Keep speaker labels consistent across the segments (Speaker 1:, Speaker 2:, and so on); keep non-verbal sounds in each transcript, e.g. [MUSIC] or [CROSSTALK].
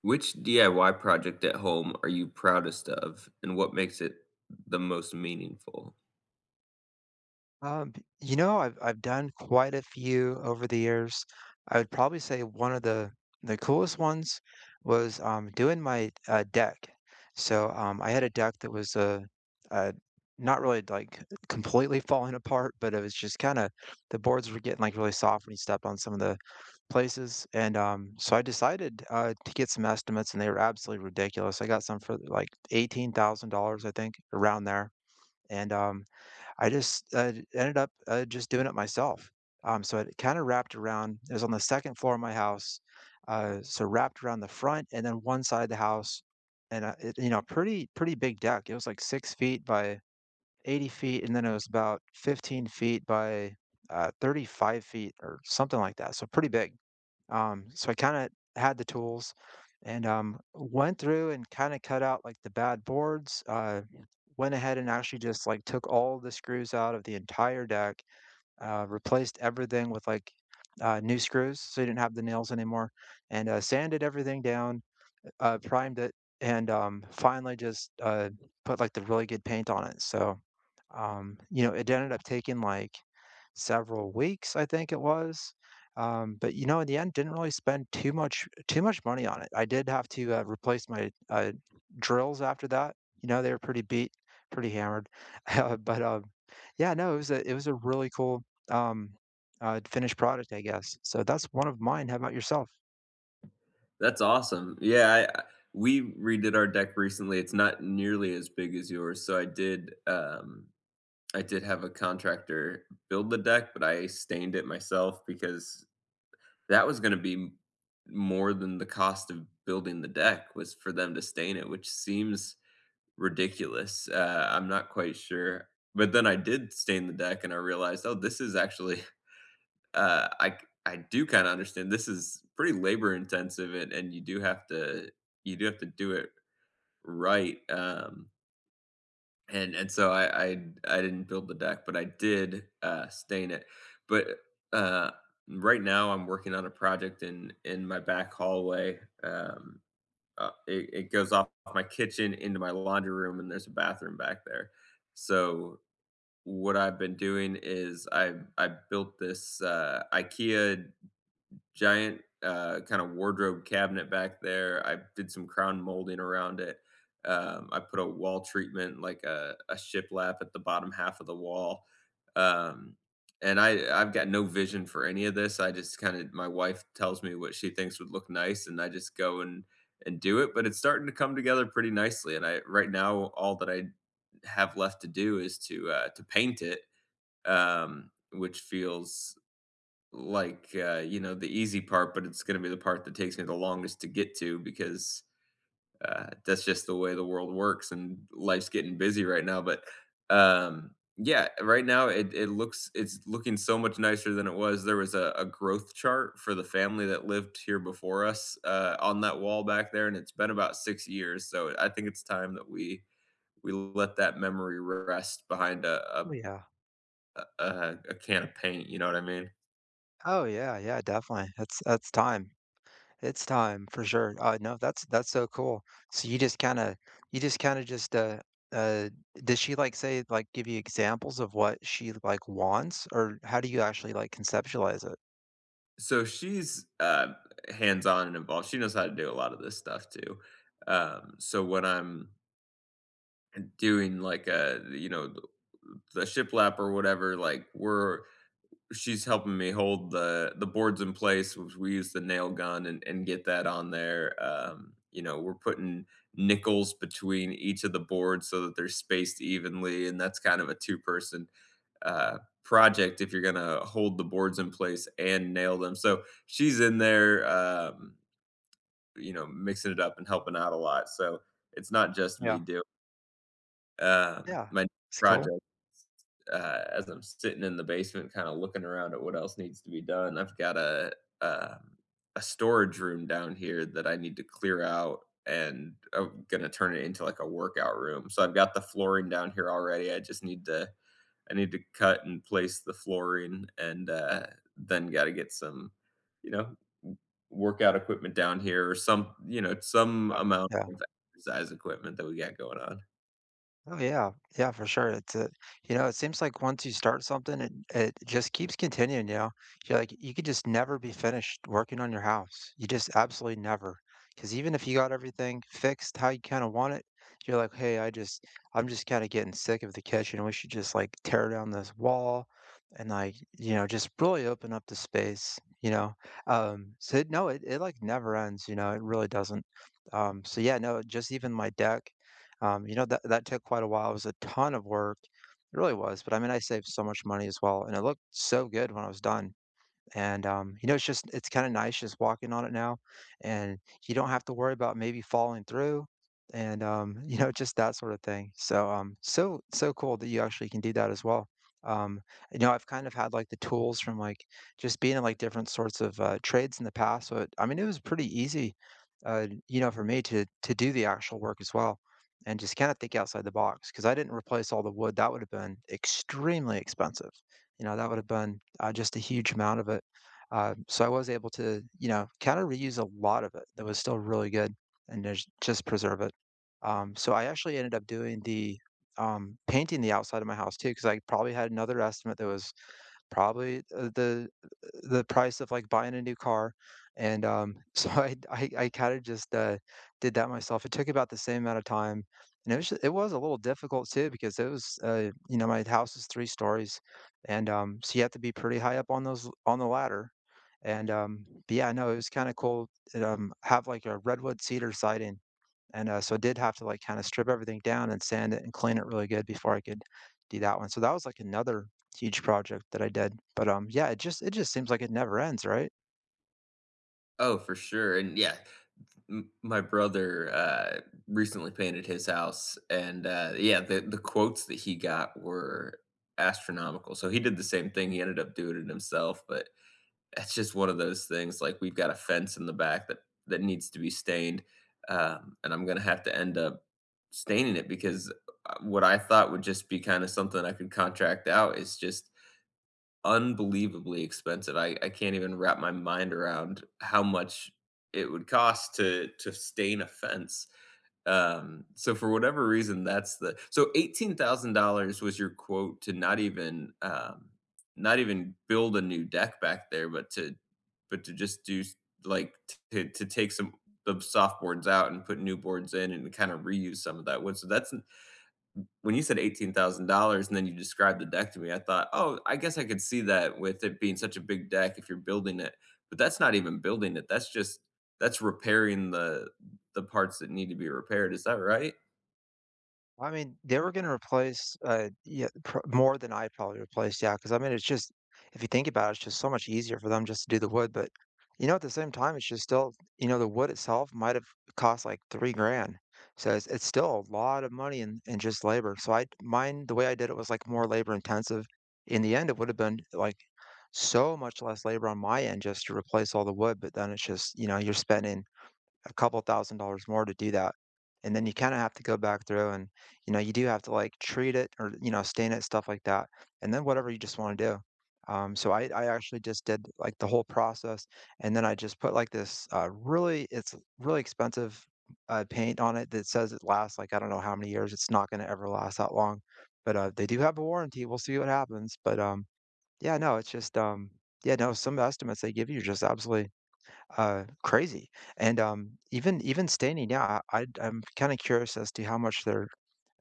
Speaker 1: Which DIY project at home are you proudest of, and what makes it the most meaningful?
Speaker 2: Um, you know, I've done quite a few over the years. I would probably say one of the coolest ones was, doing my, deck. So, I had a deck that was, uh, not really, like, completely falling apart, but it was just kinda the boards were getting, like, really soft when you stepped on some of the places, and, so I decided, to get some estimates, and they were absolutely ridiculous. I got some for, like, $18,000, I think, around there, and, I just, ended up, just doing it myself. So it kinda wrapped around, it was on the 2nd floor of my house, so wrapped around the front and then one side of the house, and, it you know, pretty big deck. It was like 6 feet by 80 feet, and then it was about 15 feet by, 35 feet or something like that, so pretty big. So I kinda had the tools and, went through and kinda cut out, like, the bad boards, went ahead and actually just, like, took all the screws out of the entire deck, replaced everything with, like, new screws so you didn't have the nails anymore, and, sanded everything down, primed it, and, finally just, put, like, the really good paint on it. So, you know, it ended up taking, like, several weeks, I think it was, but, you know, in the end, didn't really spend too much money on it. I did have to, replace my, drills after that, you know, they were pretty beat, pretty hammered. [LAUGHS] Uh, but, um, yeah, no, it was a really cool, um, finished product, I guess, so that's one of mine. How about yourself?
Speaker 1: That's awesome. We redid our deck recently. It's not nearly as big as yours, so I did. I did have a contractor build the deck, but I stained it myself because that was going to be more than the cost of building the deck was for them to stain it, which seems ridiculous. I'm not quite sure. But then I did stain the deck and I realized, oh, this is actually, [LAUGHS] uh, I, c- I do kind of understand. This is pretty labor intensive, and you do have to, you do have to do it right. And so I didn't build the deck, but I did, stain it. But, uh, right now I'm working on a project in my back hallway. It goes off my kitchen into my laundry room, and there's a bathroom back there. So what I've been doing is I built this, IKEA giant, kind of wardrobe cabinet back there. I did some crown molding around it. I put a wall treatment, like a shiplap at the bottom half of the wall. Um, I've got no vision for any of this. I just kind of, my wife tells me what she thinks would look nice, and I just go and do it. But it's starting to come together pretty nicely. And I, right now, all that I have left to do is to paint it, which feels like, the easy part, but it's gonna be the part that takes me the longest to get to because, that's just the way the world works and life's getting busy right now, um, yeah, right now it's looking so much nicer than it was. There was a growth chart for the family that lived here before us, on that wall back there, and it's been about 6 years, so I think it's time that we let that memory rest behind a
Speaker 2: Oh,
Speaker 1: a
Speaker 2: yeah.
Speaker 1: a a a can of paint, you know what I mean?
Speaker 2: Oh yeah, yeah, definitely. That's time. It's time for sure. No, that's so cool. So you just kind of you just kind of just uh does she like say, like, give you examples of what she like wants, or how do you actually like conceptualize it?
Speaker 1: So she's, hands-on and involved. She knows how to do a lot of this stuff too. So when I'm doing like a, you know, th the shiplap or whatever, like, we're she's helping me hold the boards in place, which we use the nail gun and get that on there. You know, we're putting nickels between each of the boards so that they're spaced evenly, and that's kind of a two-person uh, project if you're gonna hold the boards in place and nail them. So she's in there, mixing it up and helping out a lot. So it's not just me
Speaker 2: Yeah.
Speaker 1: doing
Speaker 2: Yeah.
Speaker 1: my
Speaker 2: It's cool.
Speaker 1: project, as I'm sitting in the basement kinda looking around at what else needs to be done, I've got um, a storage room down here that I need to clear out, and I'm gonna turn it into, like, a workout room. So I've got the flooring down here already, I need to cut and place the flooring and, then gotta get some, you know, workout equipment down here or some you know, some
Speaker 2: Yeah.
Speaker 1: amount
Speaker 2: Yeah.
Speaker 1: of exercise equipment that we got going on.
Speaker 2: Oh yeah, yeah, for sure. It's a, you know, it seems like once you start something, it just keeps continuing. You know, you're like, you could just never be finished working on your house. You just absolutely never, because even if you got everything fixed how you kind of want it, you're like, hey, I just, I'm just kind of getting sick of the kitchen. We should just like tear down this wall, and like you know, just really open up the space. You know, so it, no, it like never ends. You know, it really doesn't. So yeah, no, just even my deck. You know, that took quite a while, it was a ton of work, it really was, but, I mean, I saved so much money as well, and it looked so good when I was done. And, you know, it's just it's kinda nice just walking on it now, and you don't have to worry about maybe falling through, and, [LAUGHS] you know, just that sort of thing. So, so so cool that you actually can do that as well. Um, you know, I've kind of had, like, the tools from, like, just being in, like, different sorts of, trades in the past, so it I mean, it was pretty easy, you know, for me to do the actual work as well, and just kinda think outside the box, because I didn't replace all the wood. That would have been extremely expensive. You know, that would have been, just a huge amount of it. So I was able to, you know, kind of reuse a lot of it that was still really good and just preserve it. So I actually ended up doing the, painting the outside of my house too, because I probably had another estimate that was probably, the price of like buying a new car. And [LAUGHS] so I kind of just, did that myself. It took about the same amount of time, and it was it was a little difficult too, because it was, you know, my house is three stories, and so you have to be pretty high up on those on the ladder. And but yeah, no, it was kind of cool. It, have like a redwood cedar siding, and so I did have to like kind of strip everything down and sand it and clean it really good before I could do that one. So that was like another huge project that I did. But yeah, it just seems like it never ends, right?
Speaker 1: Oh, for sure, and yeah, m my brother, recently painted his house, and, yeah, the quotes that he got were astronomical, so he did the same thing, he ended up doing it himself, but that's just one of those things, like, we've got a fence in the back that needs to be stained, and I'm gonna have to end up staining it because, what I thought would just be kinda something I could contract out is just unbelievably expensive. I can't even wrap my mind around how much it would cost to stain a fence. So for whatever reason, that's the so $18,000 was your quote to not even, not even build a new deck back there, but to just do s like, to take some of the soft boards out and put new boards in and kinda reuse some of that wood. So that's when you said $18,000 and then you described the deck to me, I thought, "Oh, I guess I could see that with it being such a big deck if you're building it." But that's not even building it, that's just that's repairing the parts that need to be repaired, is that right?
Speaker 2: I mean, they were gonna replace, yeah, pro more than I probably replaced, yeah. Because I mean, it's just if you think about it, it's just so much easier for them just to do the wood, but, you know, at the same time, it's just still you know, the wood itself might have cost, like, 3 grand, so it's still a lot of money in just labor, so I mine, the way I did it was, like, more labor intensive. In the end, it would've been, like, so much less labor on my end just to replace all the wood, but then it's just, you know, you're spending a couple thousand dollars more to do that. And then you kinda have to go back through and, you know, you do have to, like, treat it or, you know, stain it, stuff like that, and then whatever you just wanna do. So I actually just did, like, the whole process, and then I just put, like, this, really it's really expensive, paint on it that says it lasts, like, I don't know how many years, it's not gonna ever last that long, but, they do have a warranty, we'll see what happens, but, yeah, no, it's just, yeah, no, some estimates they give you are just absolutely, crazy, and, even even standing yeah, I'm kinda curious as to how much they're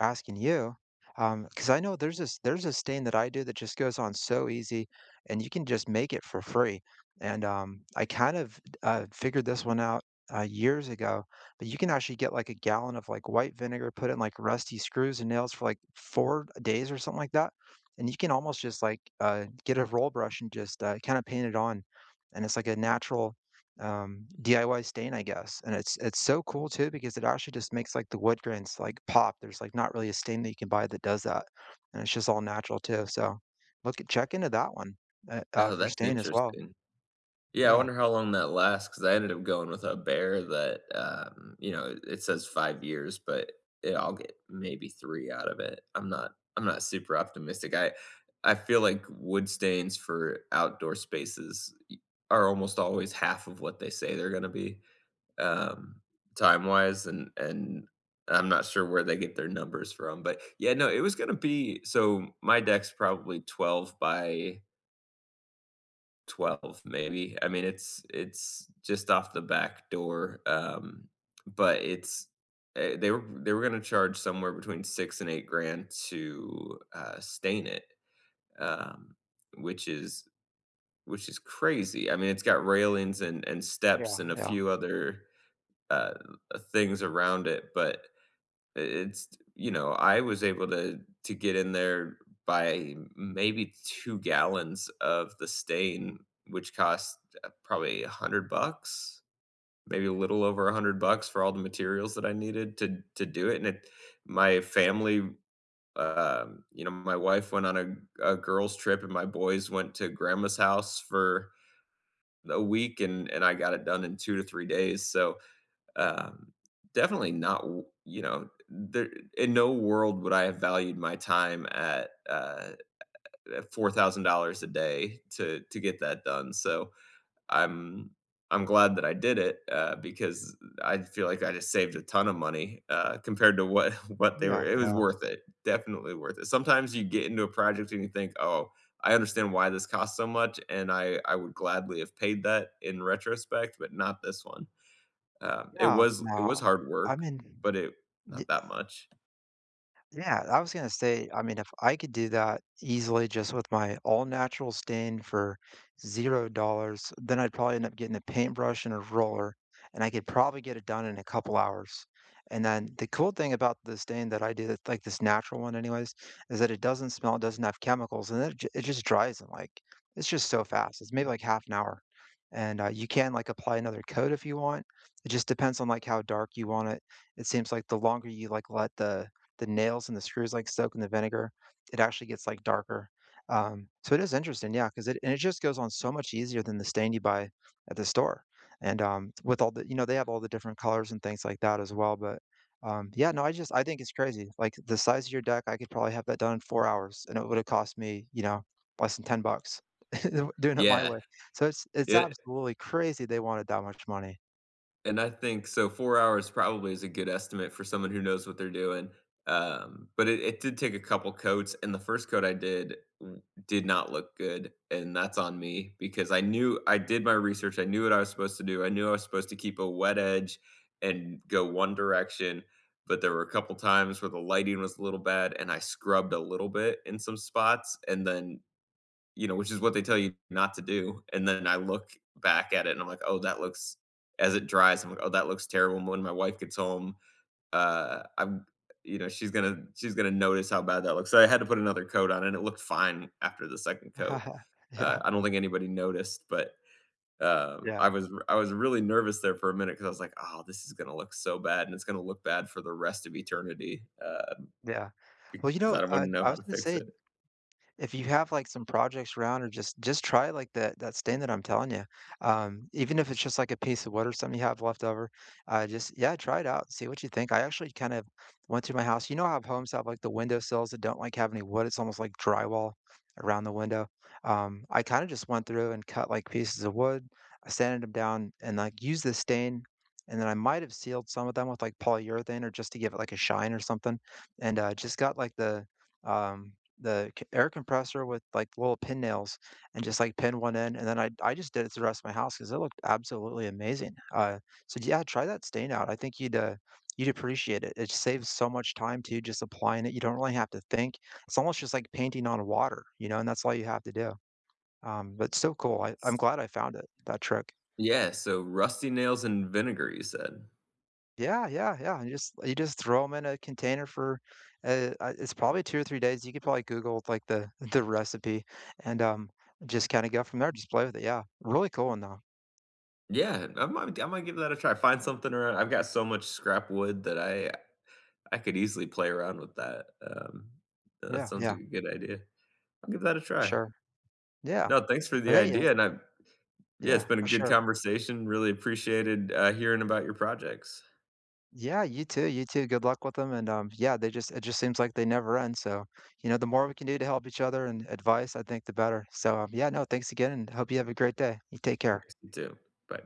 Speaker 2: asking you, because I know there's this there's a stain that I do that just goes on so easy, and you can just make it for free, and, I kind of, figured this one out, years ago, but you can actually get, like, a gallon of, like, white vinegar, put in, like, rusty screws and nails for, like, 4 days or something like that, and you can almost just, like, get a roll brush and just, kinda paint it on, and it's like a natural, DIY stain, I guess, and it's so cool too because it actually just makes like the wood grains like pop. There's like not really a stain that you can buy that does that, and it's just all natural too. So look at check into that one,
Speaker 1: Oh,
Speaker 2: for
Speaker 1: that's
Speaker 2: stain as well.
Speaker 1: interesting. Yeah, I
Speaker 2: Yeah,
Speaker 1: wonder how long that lasts because I ended up going with a bear that, you know, it says 5 years, but it I'll get maybe 3 out of it. I'm not super optimistic. I feel like wood stains for outdoor spaces y are almost always half of what they say they're gonna be, um, time-wise, and I'm not sure where they get their numbers from, but, yeah, no, it was gonna be so my deck's probably 12 by 12 maybe. I mean, it's just off the back door, but it's they were gonna charge somewhere between 6 and 8 grand to, stain it, um, which is which is crazy. I mean, it's got railings and steps
Speaker 2: yeah,
Speaker 1: and a
Speaker 2: yeah,
Speaker 1: few other, uh, things around it, but it's you know, I was able to get in there by maybe 2 gallons of the stain, which cost, probably 100 bucks, maybe a little over 100 bucks for all the materials that I needed to do it, and it my family, you know, my wife went on a girls' trip, and my boys went to grandma's house for a week, and I got it done in 2 to 3 days, so um, definitely not, you know, there in no world would I have valued my time at $4,000 a day to get that done. So, I'm I'm glad that I did it because I feel like I just saved a ton of money compared to what [LAUGHS] what they
Speaker 2: yeah,
Speaker 1: were it was
Speaker 2: yeah,
Speaker 1: worth it. Definitely worth it. Sometimes you get into a project and you think, "Oh, I understand why this costs so much, and I would gladly have paid that in retrospect, but not this one. It
Speaker 2: yeah.
Speaker 1: was it was
Speaker 2: No,
Speaker 1: hard
Speaker 2: I
Speaker 1: work,
Speaker 2: mean.
Speaker 1: but it not that much.
Speaker 2: Yeah, I was gonna say, I mean, if I could do that easily just with my all natural stain for $0, then I'd probably end up getting a paintbrush and a roller, and I could probably get it done in a couple hours. And then the cool thing about the stain that I do, that's like this natural one anyways, is that it doesn't smell, it doesn't have chemicals, and it, it just dries in like, it's just so fast. It's maybe like half an hour. And you can like apply another coat if you want. It just depends on like how dark you want it. It seems like the longer you like let the nails and the screws, like, soak in the vinegar, it actually gets, like, darker. So it is interesting, yeah, because it and it just goes on so much easier than the stain you buy at the store, and, with all the you know, they have all the different colors and things like that as well, but, yeah, no, I just I think it's crazy. Like, the size of your deck, I could probably have that done in 4 hours, and it would've cost me, you know, less than 10 bucks [LAUGHS] doing it my
Speaker 1: Yeah,
Speaker 2: way. So it's
Speaker 1: it
Speaker 2: absolutely crazy they wanted that much money.
Speaker 1: and I think so 4 hours probably is a good estimate for someone who knows what they're doing, but it did take a couple coats, and the first coat I did w did not look good, and that's on me because I knew I did my research, I knew what I was supposed to do, I knew I was supposed to keep a wet edge and go one direction, but there were a couple times where the lighting was a little bad, and I scrubbed a little bit in some spots, and then you know, which is what they tell you not to do, and then I look back at it and I'm like, "Oh, that looks" as it dries, I'm like, "Oh, that looks terrible," and when my wife gets home, I'm you know, she's gonna notice how bad that looks, so I had to put another coat on, and it looked fine after the 2nd coat.
Speaker 2: [LAUGHS] Yeah.
Speaker 1: I don't think anybody noticed, but,
Speaker 2: Yeah.
Speaker 1: I was really nervous there for a minute because I was like, "Oh, this is gonna look so bad, and it's gonna look bad for the rest of eternity,"
Speaker 2: Yeah. Well, you
Speaker 1: because
Speaker 2: know,
Speaker 1: I wouldn't know
Speaker 2: I
Speaker 1: how
Speaker 2: was
Speaker 1: to
Speaker 2: gonna
Speaker 1: fix
Speaker 2: say,
Speaker 1: it.
Speaker 2: if you have, like, some projects around or just try, like, that stand that I'm telling you, even if it's just, like, a piece of wood or something you have left over, just yeah, try it out, see what you think. I actually kind of went through my house, you know how homes have, like, the window sills that don't, like, have any wood? It's almost like drywall around the window. I kinda just went through and cut, like, pieces of wood, I sanded them down and, like, used the stain, and then I might have sealed some of them with, like, polyurethane or just to give it, like, a shine or something, and, just got, like, um the c air compressor with, like, little pin nails and just, like, pin one in, and then I just did it to the rest of my house because it looked absolutely amazing. So yeah, try that stain out. I think you'd, you'd appreciate it. It saves so much time too just applying it. You don't really have to think. It's almost just like painting on water, you know, and that's all you have to do. But still cool. I'm
Speaker 1: It's
Speaker 2: glad I found it, that trick.
Speaker 1: Yeah, so rusty nails and vinegar, you said?
Speaker 2: Yeah, yeah, yeah, and just you just throw them in a container for, it's probably 2 or 3 days, you could probably Google, like, the [LAUGHS] the recipe and, just kinda go from there, just play with it, yeah. Really cool one, though.
Speaker 1: Yeah, I might give that a try. Find something around I've got so much scrap wood that I could easily play around with that. That
Speaker 2: Yeah,
Speaker 1: sounds
Speaker 2: yeah,
Speaker 1: like a good idea. I'll give that a try.
Speaker 2: sure. Yeah,
Speaker 1: No, thanks for
Speaker 2: but,
Speaker 1: the
Speaker 2: hey,
Speaker 1: idea, and I yeah, it's
Speaker 2: yeah,
Speaker 1: been a
Speaker 2: for
Speaker 1: good
Speaker 2: sure.
Speaker 1: conversation. Really appreciated, hearing about your projects.
Speaker 2: Yeah, you too, good luck with them, and, yeah, they just it just seems like they never end, so, you know, the more we can do to help each other and advice, I think the better, so, yeah, no, thanks again, and hope you have a great day. You take care.
Speaker 1: You too. Bye.